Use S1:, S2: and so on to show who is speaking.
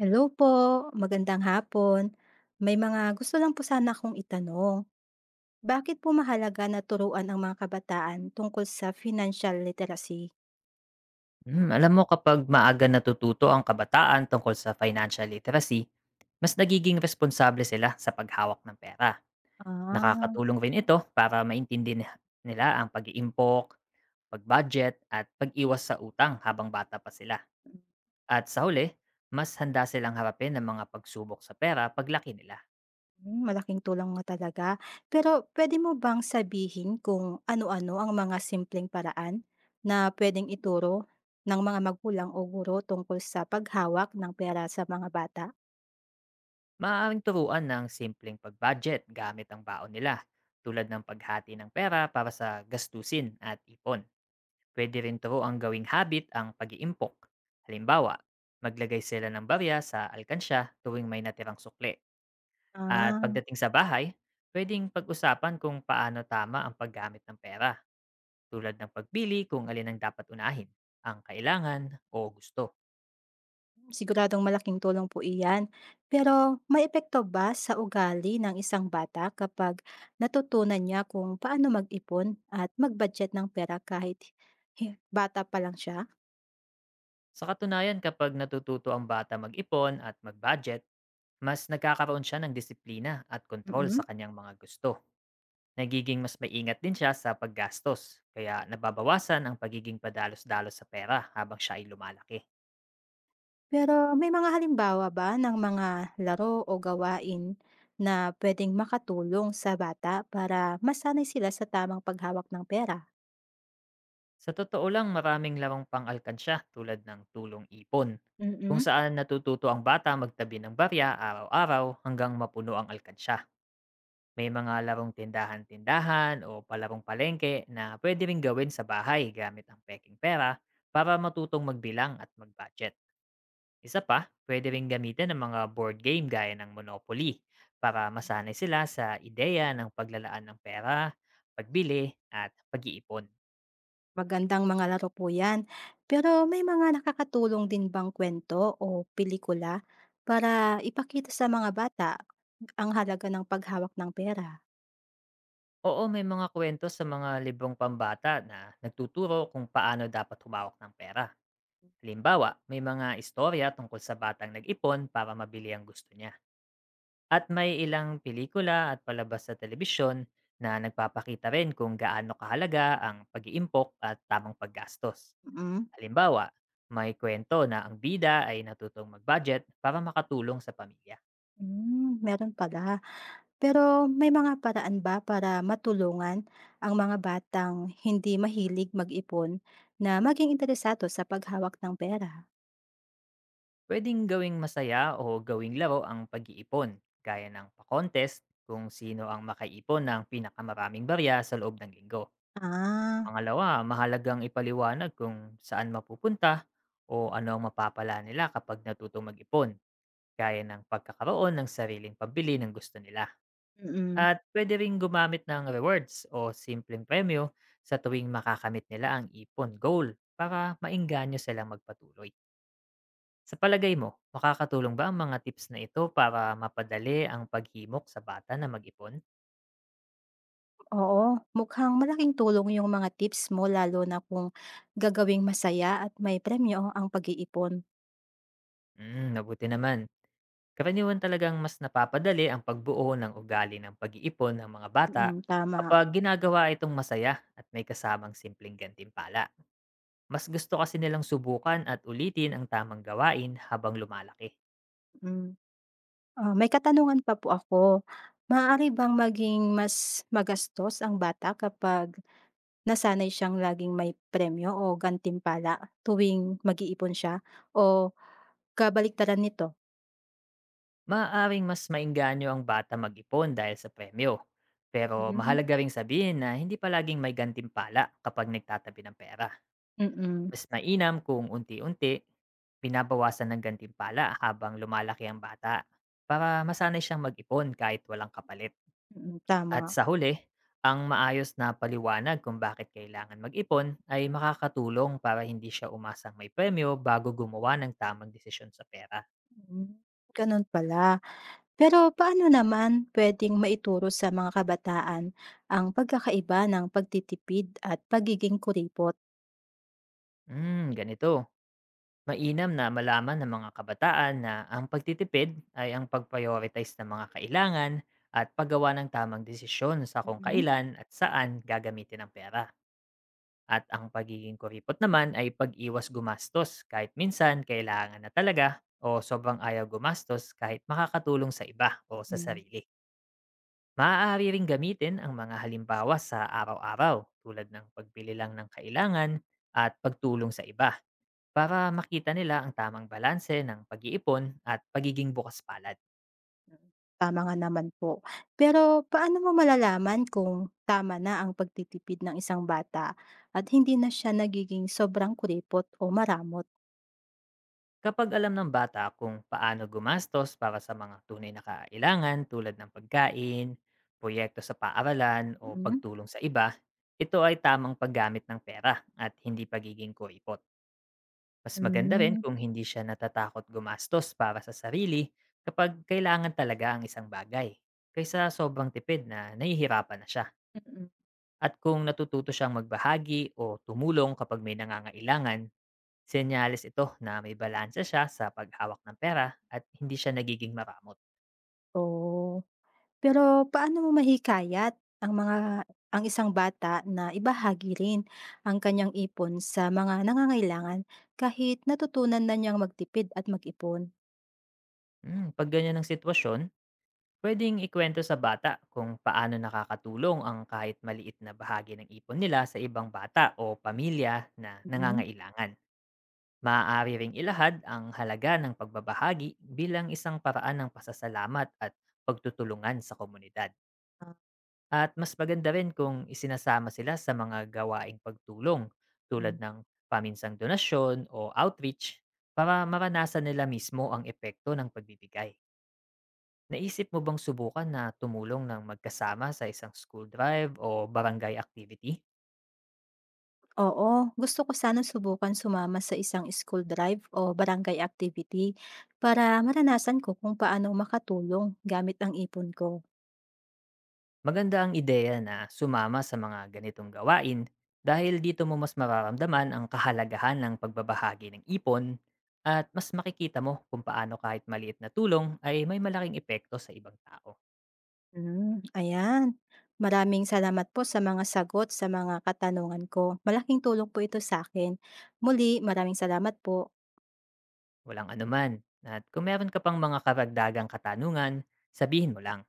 S1: Hello po, magandang hapon. May mga gusto lang po sana akong itanong. Bakit po mahalaga na turuan ang mga kabataan tungkol sa financial literacy?
S2: Alam mo, kapag maaga natututo ang kabataan tungkol sa financial literacy, mas nagiging responsable sila sa paghawak ng pera.
S1: Ah,
S2: Nakakatulong rin ito para nila ang pag-iimpok, pag-budget, at pag-iwas sa utang habang bata pa sila. At sa huli, mas handa silang harapin ang mga pagsubok sa pera paglaki nila.
S1: mm, malaking tulong nga talaga. Pero pwede mo bang sabihin kung ano-ano ang mga simpleng paraan na pwedeng ituro ng mga magulang o guro tungkol sa paghawak ng pera sa mga bata?
S2: Maaaring turuan ng simpleng pag-budget gamit ang baon nila, tulad ng paghati ng pera para sa gastusin at ipon. Pwede rin to ang gawing habit ang pag-iimpok. Halimbawa, maglagay sila ng barya sa alkansya tuwing may natirang sukle. At
S1: Ah,
S2: pagdating sa bahay, pwedeng pag-usapan kung paano tama ang paggamit ng pera, tulad ng pagpili kung alin ang dapat unahin, ang kailangan o gusto.
S1: siguradong malaking tulong po iyan. Pero may epekto ba sa ugali ng isang bata kapag natutunan niya kung paano mag-ipon at mag-budget ng pera kahit bata pa lang siya?
S2: Sa katunayan, kapag natututo ang bata mag-ipon at mag-budget, mas nagkakaroon siya ng disiplina at kontrol
S1: Mm.
S2: sa kanyang mga gusto. Nagiging mas maingat din siya sa paggastos, kaya nababawasan ang pagiging padalos-dalos sa pera habang siya ay lumalaki.
S1: Pero may mga halimbawa ba ng mga laro o gawain na pwedeng makatulong sa bata para masanay sila sa tamang paghawak ng pera?
S2: Sa totoo lang, maraming larong pang-alkansya tulad ng tulong ipon, kung
S1: Mm.
S2: saan natututo ang bata magtabi ng barya araw-araw hanggang mapuno ang alkansya. May mga larong tindahan-tindahan o palarong palengke na pwede ring gawin sa bahay gamit ang peking pera para matutong magbilang at mag-budget. Isa pa, pwede ring gamitin ng mga board game gaya ng Monopoly para masanay sila sa ideya ng paglalaan ng pera, pagbili, at pag-iipon.
S1: Magandang mga laro po 'yan. Pero may mga nakakatulong din bang kwento o pelikula para ipakita sa mga bata ang halaga ng paghawak ng pera?
S2: Oo, may mga kwento sa mga librong pambata na nagtuturo kung paano dapat humawak ng pera. Halimbawa, may mga istorya tungkol sa batang nag-ipon para mabili ang gusto niya. At may ilang pelikula at palabas sa telebisyon na nagpapakita rin kung gaano kahalaga ang pag-iimpok at tamang paggastos.
S1: Mm.
S2: Halimbawa, may kwento na ang bida ay natutong mag-budget para makatulong sa pamilya.
S1: Hmm, meron pala. Pero may mga paraan ba para matulungan ang mga batang hindi mahilig mag-ipon na maging interesado sa paghawak ng pera?
S2: Pwedeng gawing masaya o gawing laro ang pag-iipon, gaya ng pa-contest kung sino ang makaipon ng pinakamaraming barya sa loob ng linggo.
S1: Ah.
S2: Pangalawa, mahalagang ipaliwanag kung saan mapupunta o ano ang mapapala nila kapag natutong mag-ipon, gaya ng pagkakaroon ng sariling pambili ng gusto nila.
S1: Mm.
S2: At puwede ring gumamit ng rewards o simpleng premyo sa tuwing makakamit nila ang ipon goal para maengganyo silang magpatuloy. Sa palagay mo, makakatulong ba ang mga tips na ito para mapadali ang paghimok sa bata na mag-ipon?
S1: Oo, mukhang malaking tulong yung mga tips mo lalo na kung gagawing masaya at may premyo ang pag-iipon.
S2: Mm, mabuti naman. Karaniwan talagang mas napapadali ang pagbuo ng ugali ng pag-iipon ng mga bata
S1: Mm, tama.
S2: kapag ginagawa itong masaya at may kasamang simpleng gantimpala. Mas gusto kasi nilang subukan at ulitin ang tamang gawain habang lumalaki.
S1: Hmm. Ah, may katanungan pa po ako. Maaari bang maging mas magastos ang bata kapag nasanay siyang laging may premyo o gantimpala tuwing mag-iipon siya o kabaliktaran nito?
S2: Maaaring mas maengganyo ang bata mag-ipon dahil sa premyo. Pero
S1: Hmm.
S2: mahalaga ring sabihin na hindi palaging may gantimpala kapag nagtatabi ng pera.
S1: Mm.
S2: Mas mainam kung unti-unti, binabawasan ng gantimpala habang lumalaki ang bata para masanay siyang mag-ipon kahit walang kapalit.
S1: Mm,
S2: At
S1: tama.
S2: sa huli, ang maayos na paliwanag kung bakit kailangan mag-ipon ay makakatulong para hindi siya umasang may premyo bago gumawa ng tamang desisyon sa pera.
S1: Hmm, ganun pala. Pero paano naman puwedeng maituro sa mga kabataan ang pagkakaiba ng pagtitipid at pagiging kuripot?
S2: Ganito. Mainam na malaman ng mga kabataan na ang pagtitipid ay ang pag-prioritize ng mga kailangan at paggawa ng tamang desisyon sa kung
S1: Mhm.
S2: kailan at saan gagamitin ang pera. At ang pagiging kuripot naman ay pag-iwas gumastos kahit minsan kailangan na talaga, o sobrang ayaw gumastos kahit makakatulong sa iba o
S1: Mm.
S2: sa
S1: Hmm.
S2: sarili. Maaari ring gamitin ang mga halimbawa sa araw-araw, tulad ng pagbili lang ng kailangan at pagtulong sa iba, para makita nila ang tamang balanse ng pag-iipon at pagiging bukas palad.
S1: Tama nga naman po. Pero paano mo malalaman kung tama na ang pagtitipid ng isang bata at hindi na siya nagiging sobrang kuripot o maramot?
S2: Kapag alam ng bata kung paano gumastos para sa mga tunay na kailangan, tulad ng pagkain, proyekto sa paaralan o
S1: Mm.
S2: pagtulong sa iba, ito ay tamang paggamit ng pera at hindi pagiging koipot. Mas maganda rin
S1: Hmm.
S2: kung hindi siya natatakot gumastos para sa sarili kapag kailangan talaga ang isang bagay, kaysa sobrang tipid na nahihirapan na siya.
S1: Mm.
S2: At kung natututo siyang magbahagi o tumulong kapag may nangangailangan, senyales ito na may balansa siya sa paghawak ng pera at hindi siya nagiging maramot.
S1: Oh. Pero paano mo mahikayat ang mga, ang isang bata na ibahagi rin ang kanyang ipon sa mga nangangailangan kahit natutunan na niyang magtipid at mag-ipon?
S2: Pag ganyan ang sitwasyon, pwedeng ikwento sa bata kung paano nakakatulong ang kahit maliit na bahagi ng ipon nila sa ibang bata o pamilya na
S1: Mm.
S2: nangangailangan. Maaari ring ilahad ang halaga ng pagbabahagi bilang isang paraan ng pasasalamat at pagtutulungan sa komunidad.
S1: Ah.
S2: At mas maganda rin kung isinasama sila sa mga gawaing pagtulong, tulad
S1: Mm.
S2: ng paminsang donasyon o outreach, para maranasan nila mismo ang epekto ng pagbibigay. Naisip mo bang subukan na tumulong ng magkasama sa isang school drive o barangay activity?
S1: Oo, gusto ko sana subukan sumama sa isang school drive o barangay activity para maranasan ko kung paano makatulong gamit ang ipon ko.
S2: Maganda ang ideya na sumama sa mga ganitong gawain, dahil dito mo mas mararamdaman ang kahalagahan ng pagbabahagi ng ipon at mas makikita mo kung paano kahit maliit na tulong ay may malaking epekto sa ibang tao.
S1: Hmm, ayan. Maraming salamat po sa mga sagot sa mga katanungan ko. Malaking tulong po ito sa akin. Muli, maraming salamat po.
S2: Walang anuman. At kung meron ka pang mga karagdagang katanungan, sabihin mo lang.